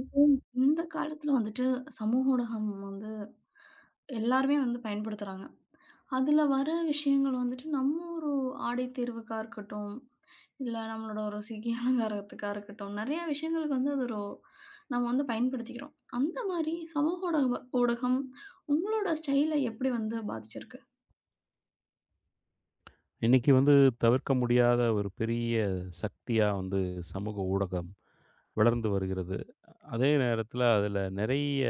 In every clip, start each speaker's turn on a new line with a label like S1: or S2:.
S1: இப்போ இந்த காலத்துல வந்துட்டு சமூக ஊடகம் வந்து எல்லாருமே வந்து பயன்படுத்துறாங்க. அதுல வர விஷயங்கள் வந்துட்டு நம்ம ஒரு ஆடை தேர்வுக்கா இருக்கட்டும், இல்ல நம்மளோட ஒரு சிகை அலங்காரத்துக்கா இருக்கட்டும், நெறைய விஷயங்களுக்கு வந்து அது ஒரு நம்ம வந்து பயன்படுத்திக்கிறோம். அந்த மாரி சமூக ஊடகம் உங்களோட ஸ்டைல எப்படி வந்து பாதிச்சிருக்கு?
S2: இன்னைக்கு வந்து தவிர்க்க முடியாத ஒரு பெரிய சக்தியா வந்து சமூக ஊடகம் வளர்ந்து வருகிறது. அதே நேரத்தில அதில நிறைய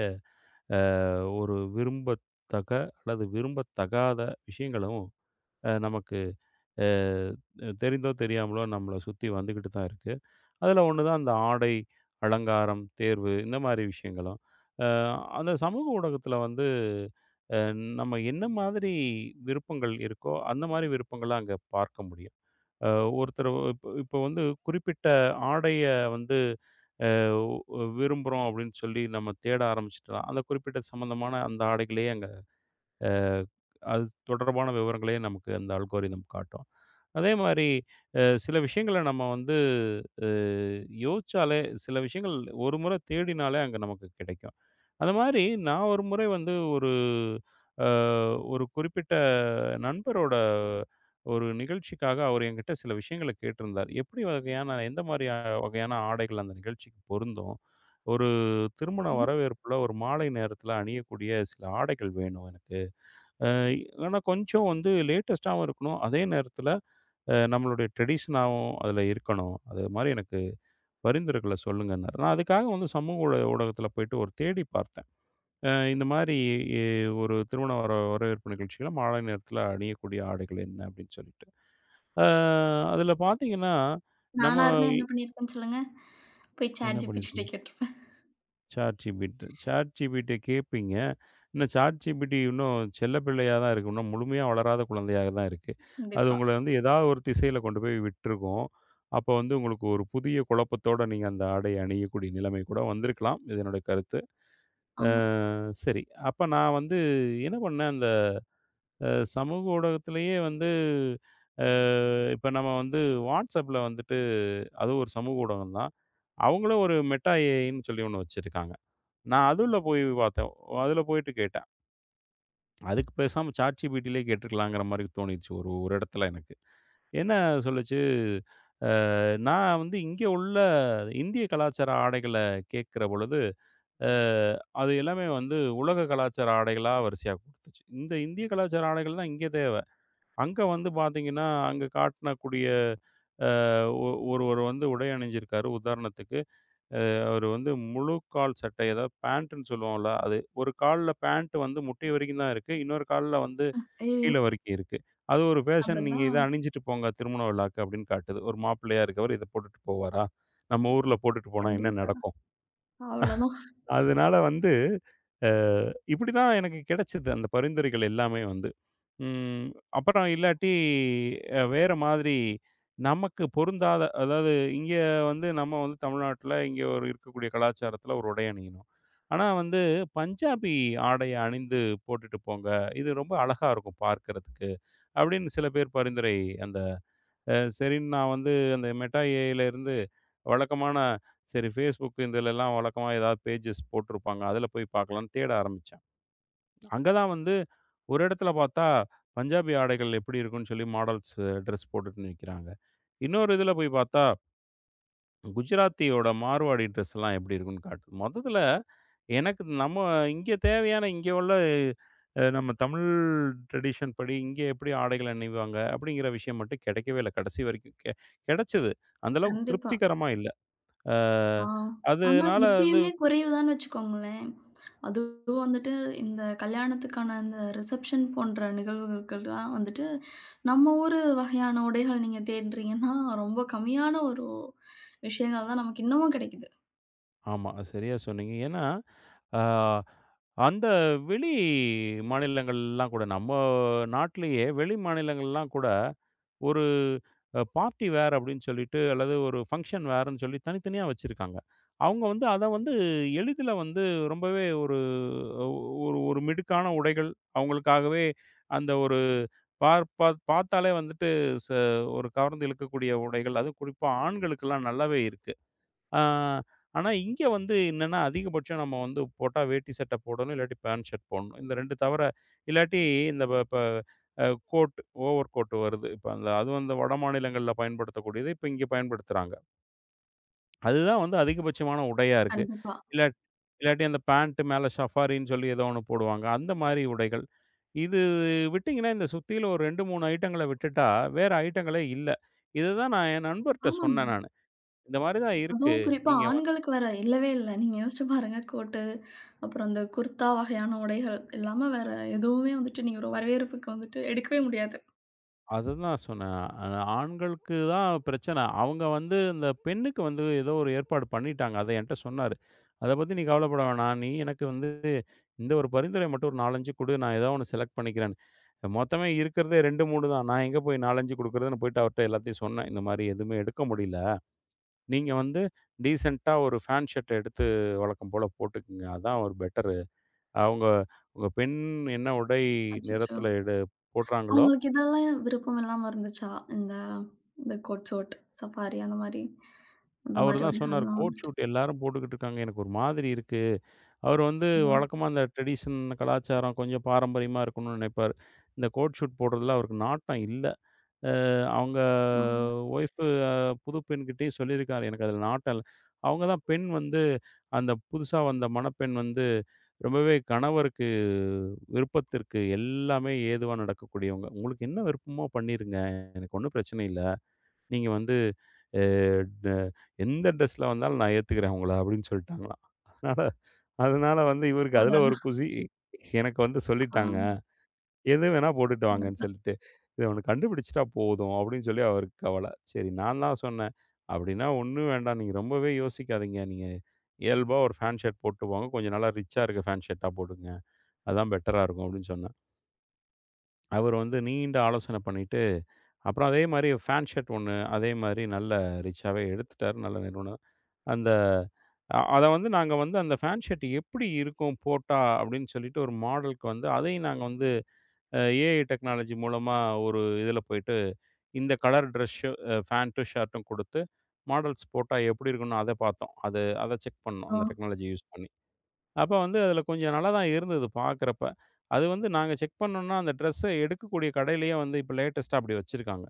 S2: ஒரு விரும்பத்தக அல்லது விரும்பத்தகாத விஷயங்களும் நமக்கு அ தெரிந்தோ தெரியாமலோ நம்மள சுத்தி வந்துகிட்டு தான் இருக்கு. அதில ஒண்ணு தான் இந்த ஆடை, அலங்காரம், தேர்வு இந்த மாரி விஷயங்களும். அ அந்த சமூக ஊடகத்தில வந்து அ நம்ம என்ன மாதிரி விருப்பங்கள் இருக்கோ, அந்த மாரி விருப்பங்கள அங்க பார்க்க முடியும். ஒருத்தர் இப்போ இப்போ வந்து குறிப்பிட்ட ஆடைய வந்து அஹ், விரும்புகிறோம் அப்படின்னு சொல்லி நம்ம தேட ஆரம்பிச்சிட்டோம் அந்த குறிப்பிட்ட சம்மந்தமான அந்த ஆடைகளையே அங்கே அது தொடர்பான விவரங்களையே நமக்கு அந்த அல்கோரிதம் காட்டும். அதே மாதிரி சில விஷயங்களை நம்ம வந்து அஹ், யோசிச்சாலே சில விஷயங்கள் ஒரு முறை தேடினாலே அங்கே நமக்கு கிடைக்கும். அந்த மாதிரி நான் ஒரு முறை வந்து ஒரு அ ஒரு குறிப்பிட்ட நண்பரோட ஒரு நிகழ்ச்சிக்காக அவர் என்கிட்ட சில விஷயங்கள கேட்டிருந்தார். எப்படி வகையான எந்த மாரி வகையான ஆடைகள் அந்த நிகழ்ச்சிக்கு பொருந்தும்? ஒரு திருமண
S1: சரி.
S2: வரவேற்புல ஒரு மாலை நேரத்தில அணியக்கூடிய சில ஆடைகள் வேணும் எனக்கு. அ ஆனா கொஞ்சம் வந்து லேட்டஸ்ட்டாவும் இருக்கணும். அதே நேரத்தில நம்மளுடைய ட்ரெடிஷனாவும் அதில இருக்கணும். அது மாரி எனக்கு பரிந்துரைகள சொல்லுங்கன்னாரு. நான் அதுக்காக வந்து சமூக ஊடகத்தில போயிட்டு ஒரு தேடி பார்த்தேன். இந்த மாரி எ ஒரு திருமண வரவேற்பு நிகழ்ச்சியில மாலை நேரத்தில அணியக்கூடிய ஆடைகள் என்ன அப்படின்னு சொல்லிட்டு. அ அதில பார்த்தீங்கன்னா, நம்ம
S1: நானா இருந்தா என்ன பண்ணியிருப்பேன்னு சொல்லுங்க? போய்
S2: என்ன
S1: ChatGPT ட்ட
S2: பண்ணியிருப்பீங்க?
S1: கேட்டுருப்பேன்.
S2: ChatGPT. ChatGPT கேட்பீங்க. இன்னும் ChatGPT இன்னும் செல்ல பிள்ளையா தான் இருக்கு. இன்னும் முழுமையா வளராத குழந்தையாக தான் இருக்கு. அது
S1: கண்டிப்பா.
S2: உங்கள வந்து ஏதாவது ஒரு திசையில கொண்டு போய் விட்டுருக்கும். அப்போ வந்து உங்களுக்கு ஒரு புதிய குழப்பத்தோட நீங்க அந்த ஆடைய அணியக்கூடிய நிலைமை கூட வந்திருக்கலாம். இது என்னுடைய கருத்து. அ
S1: ஆமா.
S2: சரி. அப்ப நான் வந்து என்ன பண்ணேன்? சமூக ஊடகத்திலேயே வந்து இப்போ நம்ம வந்து வாட்ஸ்அப்பில் வந்துட்டு அது ஒரு சமூக ஊடகம் தான். அவங்களே ஒரு மெட்டா ஏஐன்னு சொல்லி ஒன்று வச்சுருக்காங்க. நான் அதில் போய் பார்த்தேன். அதில் போயிட்டு கேட்டேன். அதுக்கு பேசாமல் சாட் ஜிபிட்டிலே கேட்டிருக்கலாங்கிற மாதிரி தோணிடுச்சு ஒரு ஒரு இடத்துல எனக்கு என்ன சொல்லுச்சு. நான் வந்து இங்கே உள்ள இந்திய கலாச்சார ஆடைகளை கேட்குற பொழுது அது எல்லாமே வந்து உலக கலாச்சார ஆடைகளாக வரிசையாக கொடுத்துச்சு இந்த இந்திய கலாச்சார ஆடைகள் தான் இங்கே. அங்க வந்து பார்த்தீங்கன்னா, அங்க காட்டக்கூடிய அ ஒருவர் வந்து உடை அணிஞ்சிருக்காரு. உதாரணத்துக்கு, அவரு வந்து முழு கால் சட்டை, அதாவது பேண்ட்டுன்னு சொல்லுவோம்ல அது. ஒரு கால்ல பேண்ட் வந்து முட்டி வரைக்கும் தான் இருக்கு. இன்னொரு கால்ல வந்து
S1: ஐயயோ!
S2: கீழ வரைக்கும் இருக்கு. அது ஒரு பேஷன். "நீங்க இத
S1: அதெல்லாம்.
S2: அணிஞ்சிட்டு போங்க திருமண விழாக்கு" அப்படின்னு காட்டுது. ஒரு மாப்பிள்ளையா இருக்கவர் இத போட்டுட்டு போவாரா? நம்ம ஊர்ல போட்டுட்டு போனா என்ன
S1: கண்டிப்பா.
S2: நடக்கும்?
S1: அவ்வளோதான்.
S2: அதனால வந்து, அ இப்படி தான் எனக்கு கிடைச்சது அந்த பரிந்துரைகள் எல்லாமே வந்து. ம். அப்புறம் இல்லாட்டி வேற மாதிரி நமக்கு பொருந்தாத அதாவது இங்க வந்து நம்ம வந்து தமிழ்நாட்டுல இங்க ஒரு இருக்கக்கூடிய கலாச்சாரத்துல ஒரு உடை அணியணும். ஆனா வந்து பஞ்சாபி ஆடைய அணிந்து போட்டுட்டு போங்க. இது ரொம்ப அழகா இருக்கும் பார்க்கறதுக்கு. அப்படின்னு சில பேர் பரிந்துரை அந்த சரின்னு நான் வந்து அந்த மெட்டா ஏஐல இருந்து வழக்கமான. சரி ஃபேஸ்புக் இதுலலாம் வழக்கமா ஏதாவது பேஜஸ் போட்டிருப்பாங்க. அதில போய் பார்க்கலான்னு தேட ஆரம்பிச்சேன். அங்க தான் வந்து ஒரு இடத்துல பார்த்தா பஞ்சாபி ஆடைகள் எப்படி இருக்குன்னு சொல்லி மாடல்ஸ் ட்ரெஸ் போட்டுட்டு நிக்கிறாங்க. இன்னொரு இதில போய் பார்த்தா குஜராத்தியோட மார்வாடி ட்ரெஸ்லாம் எப்படி இருக்குன்னு காட்டுது. மொத்தத்தில எனக்கு நம்ம இங்க தேவையான இங்க உள்ள நம்ம தமிழ் ட்ரெடிஷன் படி இங்க எப்படி ஆடைகள் அணிவாங்க அப்படிங்கிற விஷயம் மட்டும் கிடைக்கவே இல்ல. கடைசி வரைக்கும் கிடைச்சது. அந்த அளவுக்கு
S1: கண்டிப்பா.
S2: திருப்திகரமா இல்ல. அ
S1: ஆ. ஆனா
S2: அதனால வந்து.
S1: இப்பயுமே குறைவுதான்னு வச்சுக்கோங்களேன். அதுவும் வந்துட்டு இந்த கல்யாணத்துக்கான இந்த ரிசப்ஷன் போன்ற நிகழ்வுகளுக்கெல்லாம் வந்துட்டு, நம்ம ஊரு வகையான உடைகள் நீங்க தேடுறீங்கன்னா, ரொம்ப கம்மியான ஒரு விஷயங்கள் தான் நமக்கு இன்னமும் கிடைக்குது.
S2: ஆமா. சரியா சொன்னீங்க. ஏன்னா, அ அந்த வெளி மாநிலங்கள்லாம் கூட நம்ம நாட்டிலேயே வெளி மாநிலங்கள்லாம் கூட ஒரு பார்ட்டி வேர் அப்படின்னு சொல்லிட்டு, அல்லது ஒரு ஃபங்ஷன் வேர்ன்னு சொல்லி தனித்தனியா வச்சிருக்காங்க. அவங்க வந்து அத வந்து எளிதில வந்து ரொம்பவே ஒரு ஒரு ஒரு மிடுக்கான உடைகள், அவங்களுக்காகவே அந்த ஒரு பார்த்தாலே வந்துட்டு ச ஒரு கவர்ந்து இழுக்கக்கூடிய உடைகள், அதுவும் குறிப்பா ஆண்களுக்கெல்லாம் நல்லாவே இருக்கு. ஆ, ஆனா இங்க வந்து என்னன்னா, அதிகபட்சம் நம்ம வந்து போட்டா வேட்டி சட்டை போடணும், இல்லாட்டி பேண்ட் ஷர்ட் போடணும். இந்த 2 தவிர இல்லாட்டி இந்த ப ப அ கோட், ஓவர் கோட் வருது. இப்ப அந்த அதுவும் அந்த வட மாநிலங்கள்ல பயன்படுத்தக்கூடியது, இப்ப இங்க பயன்படுத்துறாங்க. அதுதான் வந்து அதிகபட்சமான உடையா இருக்கு.
S1: கண்டிப்பா.
S2: இல்லா இல்லாட்டி அந்த பேண்ட் மேல சஃபாரின்னு சொல்லி ஏதோ ஒண்ணு போடுவாங்க. அந்த மாரி உடைகள். இது விட்டீங்கன்னா, இந்த சுத்தியில ஒரு 2, 3 ஐட்டங்கள விட்டுட்டா, வேற ஐட்டங்களே இல்ல. இத தான் நான் என் நண்பர்ட்ட
S1: ஆமாங்க.
S2: சொன்னேன் நானு. இந்த மாரி தான் இருக்கு.
S1: அதுவும் குறிப்பா
S2: நீங்க
S1: ஆண்களுக்கு வேற இல்லவே இல்ல. நீங்க யோசிச்சு பாருங்க. கோட்டு, அப்புறம் இந்த குர்தா வகையான உடைகள் இல்லாம வேற எதுவுமே வந்துட்டு நீங்க ஒரு வரவேற்புக்கு வந்துட்டு எடுக்கவே முடியாது.
S2: அதுதான் சொன்னேன். ஆண்களுக்கு தான் பிரச்சனை. அவங்க வந்து இந்த பெண்ணுக்கு வந்து ஏதோ ஒரு ஏற்பாடு பண்ணிட்டாங்க. அத என்ட்ட சொன்னாரு. "அத பத்தி நீ கவலைப்பட வேணாம். நீ எனக்கு வந்து இந்த ஒரு பரிந்துரை மட்டும் ஒரு 4, 5 குடு. நான் ஏதோ ஒண்ணு செலக்ட் பண்ணிக்கிறேன்னு." மொத்தமே இருக்கிறதே 2, 3 தான். நான் எங்க போய் 4, 5 குடுக்குறதுன்னு போயிட்டு அவர்ட்ட எல்லாத்தையும் சொன்னேன். இந்த மாரி எதுவுமே எடுக்க முடியல. நீங்க வந்து டீசென்ட்டா ஒரு ஃபேண்ட் ஷர்ட் எடுத்து வழக்கம் போல போட்டுக்குங்க. அதான் ஒரு பெட்டரு. அவங்க உங்க பெண் என்ன உடை
S1: அச்சச்சோ!
S2: நிறத்துல எடு போடுறாங்களோ.
S1: அவங்களுக்கு இதெல்லாம் விருப்பம் இல்லாம இருந்துச்சா? இந்த இந்த கோட்சோட், சஃபாரி அந்த மாரி, அந்த
S2: அவரு
S1: மாரி
S2: தான் சொன்னாரு,
S1: உடைகள்லாம்
S2: கோட்
S1: வந்துட்டு.
S2: சூட் எல்லாரும் போட்டுக்கிட்டு இருக்காங்க. எனக்கு ஒரு மாதிரி இருக்கு. அவரு வந்து
S1: ஐயோ!
S2: வழக்கமா அந்த ட்ரெடிஷன் கலாச்சாரம் கொஞ்சம் பாரம்பரியமா இருக்கணும்னு நினைப்பாரு. இந்த கோட் சூட் போடுறதுல அவருக்கு நாட்டம் இல்ல. அவங்க
S1: ஆ.
S2: ஒய்ஃப் புது பெண்கிட்டயும் சொல்லியிருக்காரு. எனக்கு அதுல நாட்டம் இல்ல. அவங்க தான் பெண் வந்து அந்த புதுசா வந்த மணப்பெண் வந்து ரொம்பவே கணவருக்கு விருப்பத்திற்கு எல்லாமே ஏதுவா நடக்கக்கூடியவங்க. உங்களுக்கு என்ன விருப்பமோ பண்ணிருங்க. எனக்கு ஒண்ணும் பிரச்சனை இல்ல. நீங்க வந்து அ ட எந்த ட்ரெஸ்ல வந்தாலும் நான் ஏத்துக்கிறேன் உங்கள அப்படின்னு சொல்லிட்டாங்களாம். அதனால அதனால வந்து இவருக்கு அதுல
S1: அடடா!
S2: ஒரு குஷி. எனக்கு வந்து சொல்லிட்டாங்க.
S1: ஆ.
S2: எது வேணா போட்டுட்டு வாங்கன்னு
S1: அடடா!
S2: சொல்லிட்டு. இத அவன கண்டுபிடிச்சுட்டா போதும் அப்படின்னு சொல்லி அவருக்கு கவல. சரி நான் தான் சொன்னேன். அப்படின்னா ஒண்ணும் வேண்டாம். நீங்க ரொம்பவே யோசிக்காதீங்க. நீங்க இயல்பா ஒரு ஃபேண்ட் ஷர்ட் போட்டு போங்க. கொஞ்சம் நல்லா ரிச்சா இருக்க ஃபேண்ட் ஷர்ட்டா போடுங்க. அதான் பெட்டரா இருக்கும் அப்படின்னு சொன்னேன். அவரு வந்து நீண்ட ஆலோசனை பண்ணிட்டு, அப்புறம் அதே மாரி ஃபேன் ஷர்ட் 1 அதே மாரி நல்ல ரிச்சாவே எடுத்துட்டாரு. நல்ல நிறுவனம். அந்த அத வந்து நாங்க வந்து அந்த ஃபேன் ஷர்ட் எப்படி இருக்கும் போட்டா அப்டின்னு சொல்லிட்டு ஒரு மாடலுக்கு வந்து அதையும் நாங்க வந்து அ ஏஐ டெக்னாலஜி மூலமா ஒரு இதுல போயிட்டு இந்த கலர் ட்ரெஸ்ஸு ஃபேண்ட்டும், ஷர்ட்டும் குடுத்து மாடல்ஸ் போட்டா எப்படி இருக்கும்னு அத பார்த்தோம். அது அத செக் பண்ணோம்.
S1: ஆ.
S2: அந்த டெக்னாலஜி யூஸ் பண்ணி. அப்ப வந்து அதில கொஞ்சம் நல்லா தான் இருந்தது பார்க்குறப்ப. அது வந்து நாங்க செக் பண்ணோம்னா, அந்த ட்ரெஸ்ஸ எடுக்கக்கூடிய கடையிலேயே வந்து இப்ப லேட்டஸ்ட்டா அப்படி வச்சிருக்காங்க.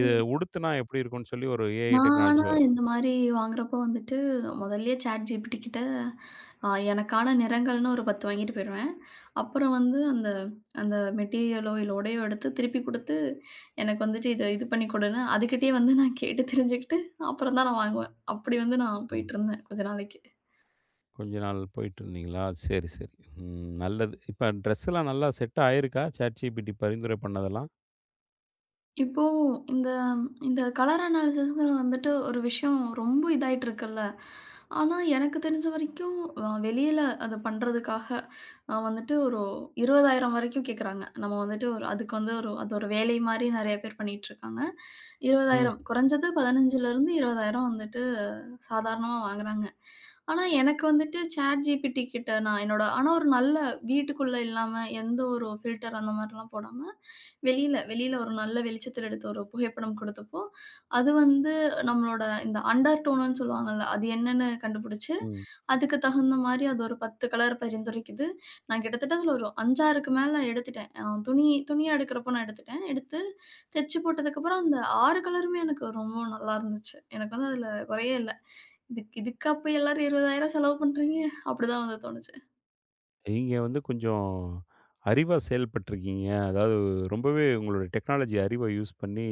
S2: இது உடுத்துனா எப்படி இருக்கும்னு சொல்லி ஒரு ஏஐ
S1: நான்
S2: டெக்னாலஜி
S1: ஆனா இந்த மாரி வாங்குறப்போ வந்துட்டு முதல்லயே ChatGPT கிட்ட எனக்கான நிறங்கள்னு ஒரு 10 வாங்கிட்டு போயிருவேன். அப்புறம் வந்து அந்த அந்த மெட்டீரியலோ, இல்ல உடையோ எடுத்து திருப்பி குடுத்து, எனக்கு வந்துட்டு இது பண்ணி குடுன்னு, அதுகிட்டயே வந்து நான் கேட்டு தெரிஞ்சுக்கிட்டு, அப்புறம் தான் நான் வாங்குவேன். அப்படி வந்து நான்
S2: ம்.
S1: போயிட்டுருந்தேன் கொஞ்ச நாளைக்கு.
S2: கொஞ்ச நாள் போயிட்டுருந்தீங்களா? சரி, சரி. ம். நல்லது. இப்ப ட்ரெஸ்லாம் நல்லா செட் ஆயிருக்கா? ChatGPT பரிந்துரை பண்ணதெல்லாம்?
S1: இப்போ இந்த இந்த கலர் அனாலிசிஸ்ங்கிறது வந்துட்டு ஒரு விஷயம் ரொம்ப இதாயிட்டு இருக்குல்ல. ஆனா, எனக்கு தெரிஞ்ச வரைக்கும் வெளியில அத பண்றதுக்காக வந்துட்டு ஒரு 20,000 வரைக்கும் கேட்குறாங்க. நம்ம வந்துட்டு ஒரு அதுக்கு வந்து ஒரு அது ஒரு வேலை மாரி நெறைய பேர் பண்ணிட்டுருக்காங்க.
S2: ம்.
S1: 20,000 குறைஞ்சது 15லருந்து 20,000 வந்துட்டு சாதாரணமா வாங்குறாங்க. ஆனா, எனக்கு வந்துட்டு சாட் ஜிபிடி கிட்ட நான் என்னோட ஆனா ஒரு நல்ல வீட்டுக்குள்ள இல்லாம, எந்த ஒரு ஃபில்டர் அந்த மாரிலாம் போடாம, வெளியில வெளியில ஒரு நல்ல வெளிச்சத்துல எடுத்த ஒரு புகைப்படம் குடுத்தப்போ, அது வந்து நம்மளோட இந்த அண்டர் டோனுன்னு சொல்லுவாங்கல்ல, அது என்னன்னு கண்டுபிடிச்சு,
S2: ம்.
S1: அதுக்கு தகுந்த மாரி அது ஒரு 10 கலர் பரிந்துரைக்குது. நான் கிட்டத்தட்ட அதில ஒரு 5, 6க்கு மேல எடுத்துட்டேன். துணி துணியா எடுக்கிறப்போ நான் எடுத்துட்டேன். எடுத்து தச்சு போட்டதுக்கப்புறம், அந்த 6 கலருமே எனக்கு ரொம்ப நல்லா இருந்துச்சு. எனக்கு வந்து அதில குறையே இல்ல. இதுக்கா போய் எல்லாரும் 20,000 செலவு பண்றீங்க? அப்படிதான் வந்து தோணுச்சு.
S2: நீங்க வந்து கொஞ்சம் அறிவா செயல்பட்டுருக்கீங்க. அதாவது ரொம்பவே உங்களுடைய டெக்னாலஜி அறிவ யூஸ் பண்ணி,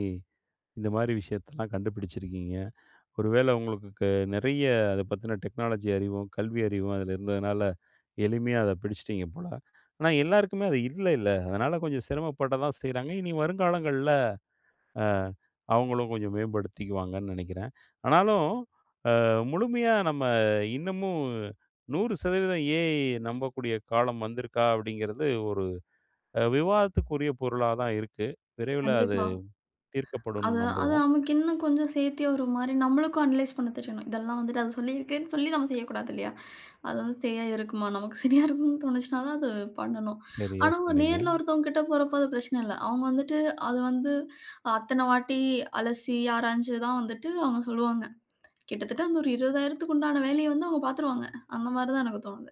S2: இந்த மாரி விஷயத்தலாம் கண்டுபிடிச்சிருக்கீங்க. ஒருவேளை உங்களுக்கு நிறைய அத பத்தின டெக்னாலஜி அறிவும், கல்வி அறிவும் அதில இருந்ததுனால, எளிமையா அத பிடிச்சுட்டீங்க போல. ஆனா எல்லாருக்குமே அது இல்லைல்ல. அதனால கொஞ்சம் சிரமப்பட தான் செய்றாங்க. இனி வருங்காலங்கள்ல அ அவங்களும் கொஞ்சம் மேம்படுத்திக்குவாங்கன்னு நெனைக்கிறேன். ஆனாலும் முழுமையா நம்ம இன்னமும் 100% ஏஐ நம்பக்கூடிய காலம் வந்திருக்கா? அப்படிங்கிறது ஒரு விவாதத்துக்குரிய பொருளா தான் இருக்கு. விரைவில அது
S1: கண்டிப்பா.
S2: தீர்க்கப்படும்னு
S1: அது அது
S2: நம்புவோம்.
S1: நமக்கு இன்னும் கொஞ்சம் சேர்த்தி ஒரு மாரி நம்மளுக்கும் அனலைஸ் பண்ண தெரியணும். இதெல்லாம் வந்துட்டு அது சொல்லியிருக்குன்னு சொல்லி நம்ம செய்யக்கூடாது இல்லையா? அது வந்து சரியா இருக்குமா? நமக்கு சரியா இருக்கும்னு தோணுச்சுனா தான் அது பண்ணணும்.
S2: சரியா
S1: ஆனா ஒரு
S2: சொன்னீங்க.
S1: நேர்ல ஒருத்தவங்க கிட்ட போறப்போ அது பிரச்சனை இல்ல. அவங்க வந்துட்டு அது வந்து அத்தன வாட்டி அலசி, ஆராய்ஞ்சு தான் வந்துட்டு அவங்க சொல்லுவாங்க. கிட்டத்தட்ட அந்த ஒரு 20,000க்கு உண்டான வேலைய வந்து அவங்க பார்த்துருவாங்க. அந்த மாரி தான் எனக்கு தோணுது.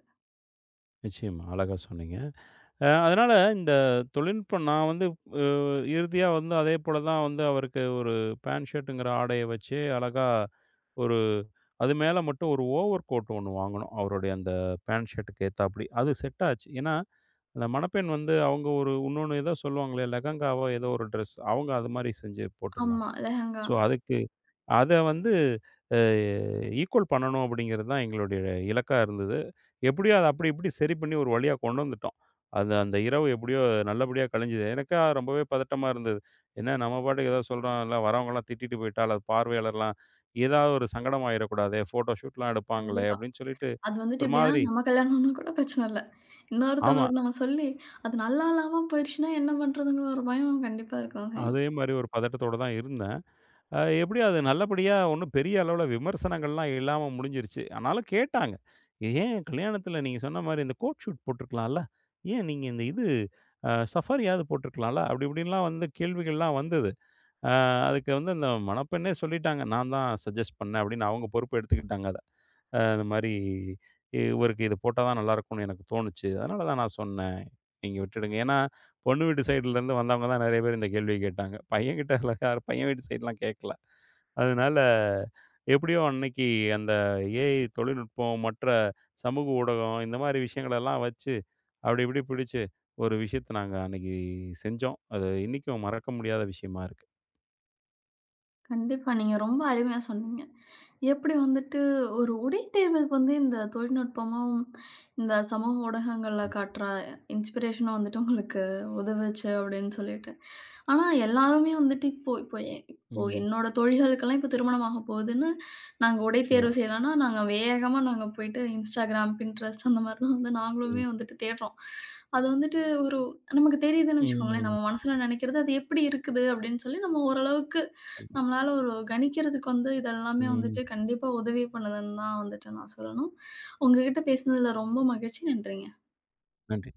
S2: நிச்சயமா. அழகா சொன்னீங்க. அதனால இந்த தொழில்நுட்பம் நான் வந்து அ இறுதியா வந்து அதே போல தான் வந்து அவருக்கு ஒரு பேண்ட் ஷர்ட்டுங்கிற ஆடைய வச்சு, அழகா ஒரு அது மேல மட்டும் ஒரு ஓவர் கோட் ஒண்ணு வாங்குனோம். அவருடைய அந்த பேண்ட் ஷர்ட்டுக்கு ஏத்தாப்படி. அது செட் ஆச்சு. ஏன்னா, அந்த மணப்பெண் வந்து அவங்க ஒரு இன்னொன்னு ஏதோ சொல்லுவாங்களே, லெஹெங்காவோ ஏதோ ஒரு ட்ரெஸ் அவங்க அது மாரி செஞ்சு
S1: ஆமா,
S2: போட்டிருந்தாங்க.
S1: லெஹெங்கா.
S2: ஸோ, அதுக்கு அத வந்து அ ஈக்குவல் பண்ணணும் அப்படிங்கிறது தான் எங்களுடைய இலக்கா இருந்தது. எப்படியோ அத அப்படி இப்படி சரி பண்ணி ஒரு வழியா கொண்டு வந்துட்டோம். அந்த அந்த இரவு எப்படியோ நல்லபடியா கழிஞ்சது. எனக்கா ரொம்பவே பதட்டமா இருந்தது. என்ன நம்ம பாட்டுக்கு ஏதோ சொல்றோம், இல்ல வரவங்கலாம் திட்டிட்டு போயிட்டா, அல்லது பார்வையாளர்லாம் ஏதாவது ஒரு சங்கடம் ஆயிறக்கூடாதே, ஃபோட்டோ ஷூட்லாம் எடுப்பாங்களே
S1: கண்டிப்பா.
S2: அப்படின்னு சொல்லிட்டு
S1: அது வந்துட்டு
S2: ஒரு
S1: எப்படின்னா,
S2: மாதிரி.
S1: நம்ம கல்யாணம்னா கூட பிரச்சனை இல்ல.
S2: ஆமா.
S1: இன்னொருத்தவங்களுக்கு நம்ம சொல்லி, அது நல்லா இல்லாம போயிருச்சுன்னா என்ன பண்றதுங்கிற ஒரு பயம் கண்டிப்பா இருக்கதான் செய்யும்.
S2: அதே மாரி ஒரு பதட்டத்தோட தான் இருந்தேன். எப்படி அது நல்லபடியா ஒண்ணும் பெரிய அளவுல விமர்சனங்கள்லாம் இல்லாம முடிஞ்சிருச்சு. ஆனாலும் கேட்டாங்க. ஏன் கல்யாணத்துல நீங்க சொன்ன மாரி இந்த கோட் ஷூட் போட்டுருக்கலாம்ல? ஏன் நீங்க இந்த இது சஃபாரியாவது போட்டுருக்கலாம்ல? அப்படி இப்படின்லாம் வந்து கேள்விகள்லாம் வந்தது. அ அதுக்கு வந்து அந்த மணப்பெண்ணே சொல்லிட்டாங்க. நான் தான் சஜெஸ்ட் பண்ணேன் அப்படின்னு அவங்க பொறுப்பு எடுத்துக்கிட்டாங்க அத. இந்த மாரி இவருக்கு இது போட்டா தான் நல்லாருக்கும்னு எனக்கு தோணுச்சு. அதனால தான் நான் சொன்னேன். நீங்க விட்டுடுங்க. ஏன்னா பொண்ணு வீட்டு சைடுலருந்து வந்தவங்க தான் நெறைய பேர் இந்த கேள்விய கேட்டாங்க. பையன் கிட்ட யாரும் பையன் வீட்டு சைடுலாம் கேட்கல. அதனால, எப்படியோ அன்னைக்கு அந்த ஏஐ தொழில்நுட்பம், மற்ற சமூக ஊடகம் இந்த மாரி விஷயங்களெல்லாம் வச்சு, அப்படி இப்படி பிடிச்சு ஒரு விஷயத்த நாங்க அன்னைக்கு செஞ்சோம். அது இன்னைக்கும் மறக்க முடியாத விஷயமா இருக்கு.
S1: கண்டிப்பா. நீங்க ரொம்ப அருமையா சொன்னீங்க. எப்படி வந்துட்டு ஒரு உடை தேர்வுக்கு வந்து இந்த தொழில்நுட்பமும், இந்த சமூக ஊடகங்கள்ல
S2: ம்.
S1: காட்டுற இன்ஸ்பிரேஷனும் வந்துட்டு உங்களுக்கு உதவுச்சு அப்படின்னு சொல்லிட்டு. ஆனா எல்லாருமே வந்துட்டு இப்போ இப்போ எ இப்போ
S2: ம்.
S1: என்னோட தோழிகளுக்கெல்லாம் இப்போ திருமணம் ஆகப் போகுதுன்னு, நாங்க உடை
S2: நிச்சயமா.
S1: தேர்வு செய்யலான்னா, நாங்க வேகமா நாங்க போயிட்டு Instagram, Pinterest அந்த மாதிரிலாம் வந்து நாங்களுமே
S2: ம்.
S1: வந்துட்டு தேடுறோம். அது வந்துட்டு ஒரு நமக்கு தெரியுதுன்னு வச்சுக்கோங்களேன். நம்ம
S2: ம்.
S1: மனசுல நினைக்கிறது அது எப்படி இருக்குது அப்படின்னு சொல்லி நம்ம ஓரளவுக்கு
S2: நிச்சயமா.
S1: நம்மளால ஒரு கணிக்கிறதுக்கு வந்து இதெல்லாமே
S2: ம்.
S1: வந்துட்டு கண்டிப்பா உதவி பண்ணுதுன்னு தான் வந்துட்டு நான் சொல்லணும். உங்ககிட்ட பேசினதுல ரொம்ப மகிழ்ச்சி. நன்றிங்க.
S2: நன்றி.